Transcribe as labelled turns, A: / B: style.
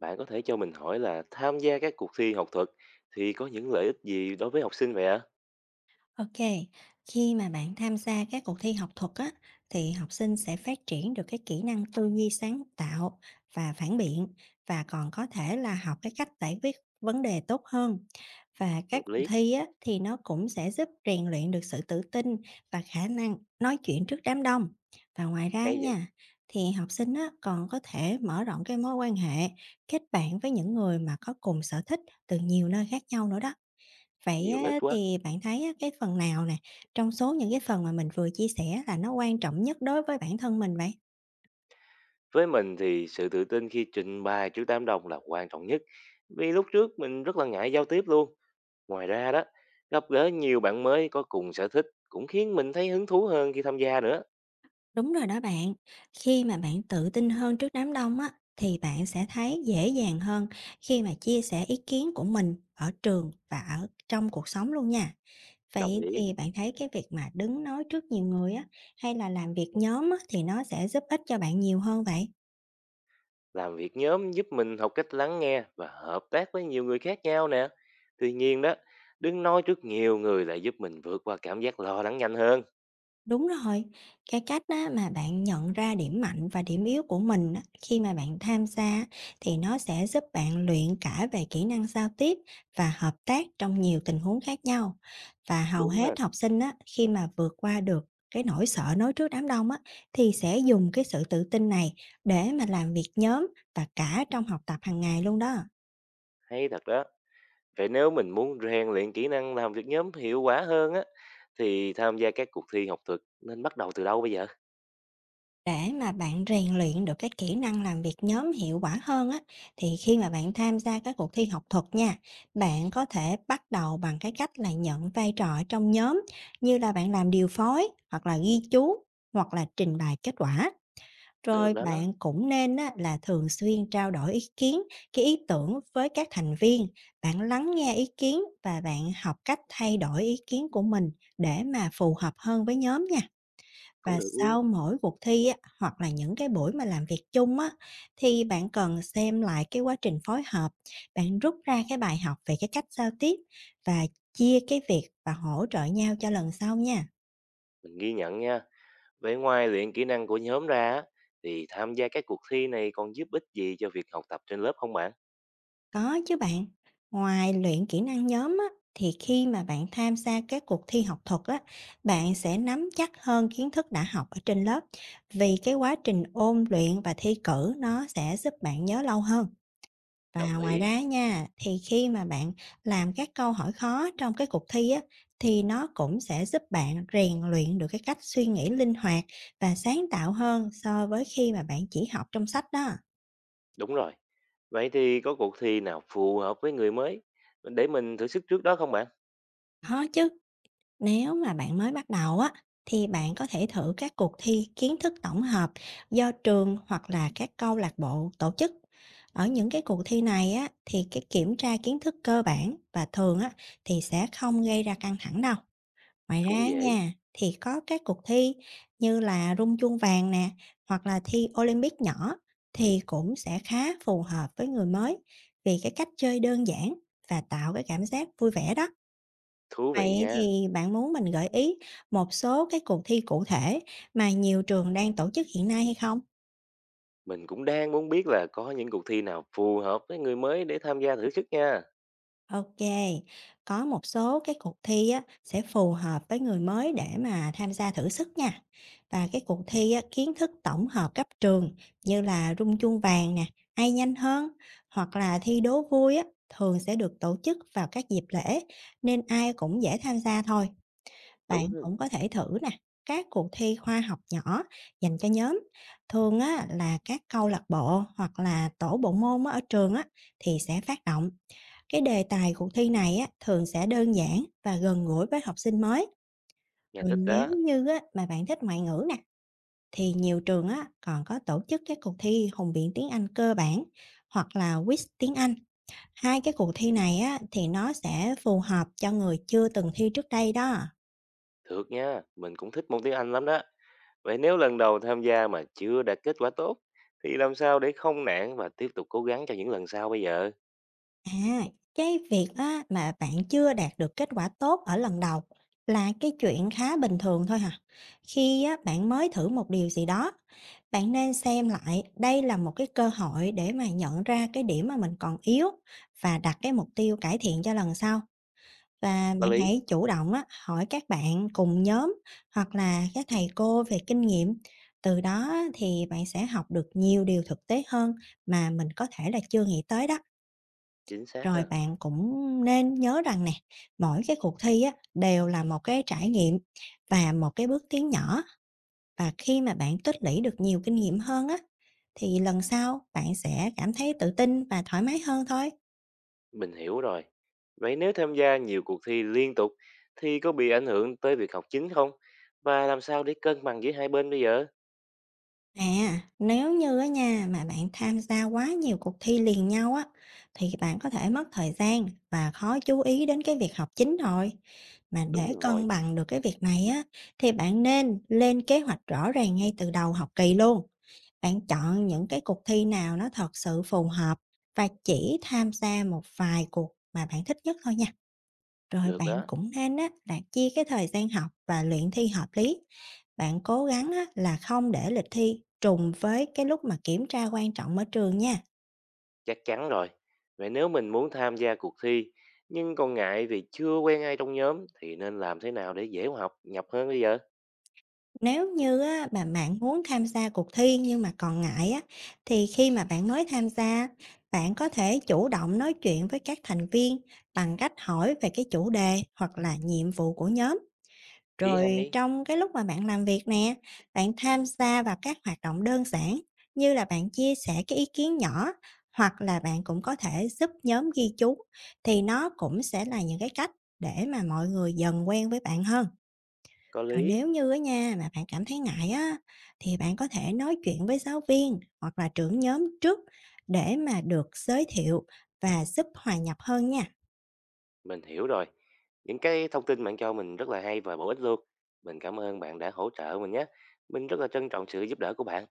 A: Bạn có thể cho mình hỏi là tham gia các cuộc thi học thuật thì có những lợi ích gì đối với học sinh vậy ạ?
B: OK, khi mà bạn tham gia các cuộc thi học thuật á, thì học sinh sẽ phát triển được cái kỹ năng tư duy sáng tạo và phản biện, và còn có thể là học cái cách giải quyết vấn đề tốt hơn. Và
A: Hợp
B: các cuộc
A: lý,
B: thi á, thì nó cũng sẽ giúp rèn luyện được sự tự tin và khả năng nói chuyện trước đám đông. Và ngoài ra
A: hay vậy,
B: nha, thì học sinh á, còn có thể mở rộng cái mối quan hệ, kết bạn với những người mà có cùng sở thích từ nhiều nơi khác nhau nữa đó. Vậy
A: nhiều lợi ích
B: á,
A: quá.
B: thì bạn thấy á, cái phần nào nè, trong số những cái phần mà mình vừa chia sẻ, là nó quan trọng nhất đối với bản thân mình vậy?
A: Với mình thì sự tự tin khi trình bày trước đám đông là quan trọng nhất. Vì lúc trước mình rất là ngại giao tiếp luôn. Ngoài ra đó, gặp gỡ nhiều bạn mới có cùng sở thích cũng khiến mình thấy hứng thú hơn khi tham gia nữa.
B: Đúng rồi đó bạn, khi mà bạn tự tin hơn trước đám đông á, thì bạn sẽ thấy dễ dàng hơn khi mà chia sẻ ý kiến của mình ở trường và ở trong cuộc sống luôn nha.
A: Đồng
B: Vậy
A: ý,
B: thì bạn thấy cái việc mà đứng nói trước nhiều người á, hay là làm việc nhóm á, thì nó sẽ giúp ích cho bạn nhiều hơn vậy?
A: làm việc nhóm giúp mình học cách lắng nghe và hợp tác với nhiều người khác nhau nè. Tuy nhiên đó, đừng nói trước nhiều người lại giúp mình vượt qua cảm giác lo lắng nhanh hơn.
B: Đúng rồi, cái cách á mà bạn nhận ra điểm mạnh và điểm yếu của mình á, khi mà bạn tham gia á, thì nó sẽ giúp bạn luyện cả về kỹ năng giao tiếp và hợp tác trong nhiều tình huống khác nhau. Và hầu
A: Đúng ha,
B: hết học sinh á, khi mà vượt qua được cái nỗi sợ nói trước đám đông á, thì sẽ dùng cái sự tự tin này để mà làm việc nhóm và cả trong học tập hàng ngày luôn đó.
A: hay thật đó. Vậy nếu mình muốn rèn luyện kỹ năng làm việc nhóm hiệu quả hơn á, thì tham gia các cuộc thi học thuật nên bắt đầu từ đâu bây giờ?
B: Để mà bạn rèn luyện được cái kỹ năng làm việc nhóm hiệu quả hơn á, thì khi mà bạn tham gia các cuộc thi học thuật nha, bạn có thể bắt đầu bằng cái cách là nhận vai trò ở trong nhóm, như là bạn làm điều phối, hoặc là ghi chú, hoặc là trình bày kết quả.
A: Được
B: Rồi
A: đó,
B: bạn cũng nên á, là thường xuyên trao đổi ý kiến, cái ý tưởng với các thành viên. Bạn lắng nghe ý kiến và bạn học cách thay đổi ý kiến của mình để mà phù hợp hơn với nhóm nha.
A: cũng
B: Và
A: được luôn.
B: sau mỗi cuộc thi á, hoặc là những cái buổi mà làm việc chung á, thì bạn cần xem lại cái quá trình phối hợp, bạn rút ra cái bài học về cái cách giao tiếp và chia cái việc và hỗ trợ nhau cho lần sau nha.
A: Mình ghi nhận nha. Vậy ngoài luyện kỹ năng của nhóm ra á, thì tham gia các cuộc thi này còn giúp ích gì cho việc học tập trên lớp không bạn?
B: Có chứ bạn, ngoài luyện kỹ năng nhóm á, thì khi mà bạn tham gia các cuộc thi học thuật á, bạn sẽ nắm chắc hơn kiến thức đã học ở trên lớp, vì cái quá trình ôn luyện và thi cử nó sẽ giúp bạn nhớ lâu hơn. Và
A: Đồng
B: ngoài
A: ý.
B: ra nha, thì khi mà bạn làm các câu hỏi khó trong cái cuộc thi á, thì nó cũng sẽ giúp bạn rèn luyện được cái cách suy nghĩ linh hoạt và sáng tạo hơn so với khi mà bạn chỉ học trong sách đó.
A: Đúng rồi. Vậy thì có cuộc thi nào phù hợp với người mới để mình thử sức trước đó không bạn?
B: Có chứ, nếu mà bạn mới bắt đầu á, thì bạn có thể thử các cuộc thi kiến thức tổng hợp do trường hoặc là các câu lạc bộ tổ chức. Ở những cái cuộc thi này á, thì cái kiểm tra kiến thức cơ bản, và thường á, thì sẽ không gây ra căng thẳng đâu. Ngoài
A: Cũng
B: ra
A: dễ.
B: nha, thì có các cuộc thi như là rung chuông vàng nè, hoặc là thi Olympic nhỏ, thì cũng sẽ khá phù hợp với người mới vì cái cách chơi đơn giản và tạo cái cảm giác vui vẻ đó.
A: Thú vị
B: Vậy
A: nha.
B: thì bạn muốn mình gợi ý một số cái cuộc thi cụ thể mà nhiều trường đang tổ chức hiện nay hay không?
A: Mình cũng đang muốn biết là có những cuộc thi nào phù hợp với người mới để tham gia thử sức nha.
B: OK, có một số cái cuộc thi á, sẽ phù hợp với người mới để mà tham gia thử sức nha. Và cái cuộc thi á, kiến thức tổng hợp cấp trường như là rung chuông vàng nè, ai nhanh hơn, hoặc là thi đố vui á, thường sẽ được tổ chức vào các dịp lễ nên ai cũng dễ tham gia thôi.
A: Đúng
B: Bạn
A: ha,
B: cũng có thể thử nè, các cuộc thi khoa học nhỏ dành cho nhóm, thường á là các câu lạc bộ hoặc là tổ bộ môn á, ở trường á thì sẽ phát động. Cái đề tài cuộc thi này á thường sẽ đơn giản và gần gũi với học sinh mới.
A: nghe
B: Rồi
A: thích
B: nếu
A: đó.
B: như á mà bạn thích ngoại ngữ nè, thì nhiều trường á còn có tổ chức các cuộc thi hùng biện tiếng Anh cơ bản hoặc là quiz tiếng Anh. Hai cái cuộc thi này á thì nó sẽ phù hợp cho người chưa từng thi trước đây đó.
A: Thật nha, mình cũng thích môn tiếng Anh lắm đó. Vậy nếu lần đầu tham gia mà chưa đạt kết quả tốt, thì làm sao để không nản và tiếp tục cố gắng cho những lần sau bây giờ?
B: À, cái việc á, mà bạn chưa đạt được kết quả tốt ở lần đầu là cái chuyện khá bình thường thôi hả. Khi á, bạn mới thử một điều gì đó, bạn nên xem lại đây là một cái cơ hội để mà nhận ra cái điểm mà mình còn yếu và đặt cái mục tiêu cải thiện cho lần sau. Và
A: Có
B: bạn
A: lý,
B: hãy chủ động á, hỏi các bạn cùng nhóm hoặc là các thầy cô về kinh nghiệm. Từ đó á, thì bạn sẽ học được nhiều điều thực tế hơn mà mình có thể là chưa nghĩ tới đó.
A: chính xác
B: Rồi
A: ha.
B: bạn cũng nên nhớ rằng nè, mỗi cái cuộc thi á đều là một cái trải nghiệm và một cái bước tiến nhỏ. Và khi mà bạn tích lũy được nhiều kinh nghiệm hơn á, thì lần sau bạn sẽ cảm thấy tự tin và thoải mái hơn thôi.
A: Mình hiểu rồi. Vậy nếu tham gia nhiều cuộc thi liên tục, thì có bị ảnh hưởng tới việc học chính không? Và làm sao để cân bằng giữa hai bên bây giờ?
B: À, nếu như á nha, mà bạn tham gia quá nhiều cuộc thi liền nhau á, thì bạn có thể mất thời gian và khó chú ý đến cái việc học chính rồi. Mà
A: Đúng
B: để cân
A: rồi,
B: bằng được cái việc này á, thì bạn nên lên kế hoạch rõ ràng ngay từ đầu học kỳ luôn. Bạn chọn những cái cuộc thi nào nó thật sự phù hợp và chỉ tham gia một vài cuộc mà bạn thích nhất thôi nha. Rồi
A: được
B: bạn
A: đó,
B: cũng nên á, là chia cái thời gian học và luyện thi hợp lý. Bạn cố gắng á, là không để lịch thi trùng với cái lúc mà kiểm tra quan trọng ở trường nha.
A: chắc chắn rồi. Vậy nếu mình muốn tham gia cuộc thi, nhưng còn ngại vì chưa quen ai trong nhóm, thì nên làm thế nào để dễ học nhập hơn bây giờ?
B: Nếu như á, mà bạn muốn tham gia cuộc thi nhưng mà còn ngại á, thì khi mà bạn mới tham gia, bạn có thể chủ động nói chuyện với các thành viên bằng cách hỏi về cái chủ đề hoặc là nhiệm vụ của nhóm.
A: Ý
B: Rồi
A: hay,
B: trong cái lúc mà bạn làm việc nè, bạn tham gia vào các hoạt động đơn giản như là bạn chia sẻ cái ý kiến nhỏ, hoặc là bạn cũng có thể giúp nhóm ghi chú, thì nó cũng sẽ là những cái cách để mà mọi người dần quen với bạn hơn.
A: có
B: Rồi
A: lý,
B: nếu như á nha mà bạn cảm thấy ngại á, thì bạn có thể nói chuyện với giáo viên hoặc là trưởng nhóm trước để mà được giới thiệu và giúp hòa nhập hơn nha.
A: mình hiểu rồi. Những cái thông tin bạn cho mình rất là hay và bổ ích luôn. Mình cảm ơn bạn đã hỗ trợ mình nhé. Mình rất là trân trọng sự giúp đỡ của bạn.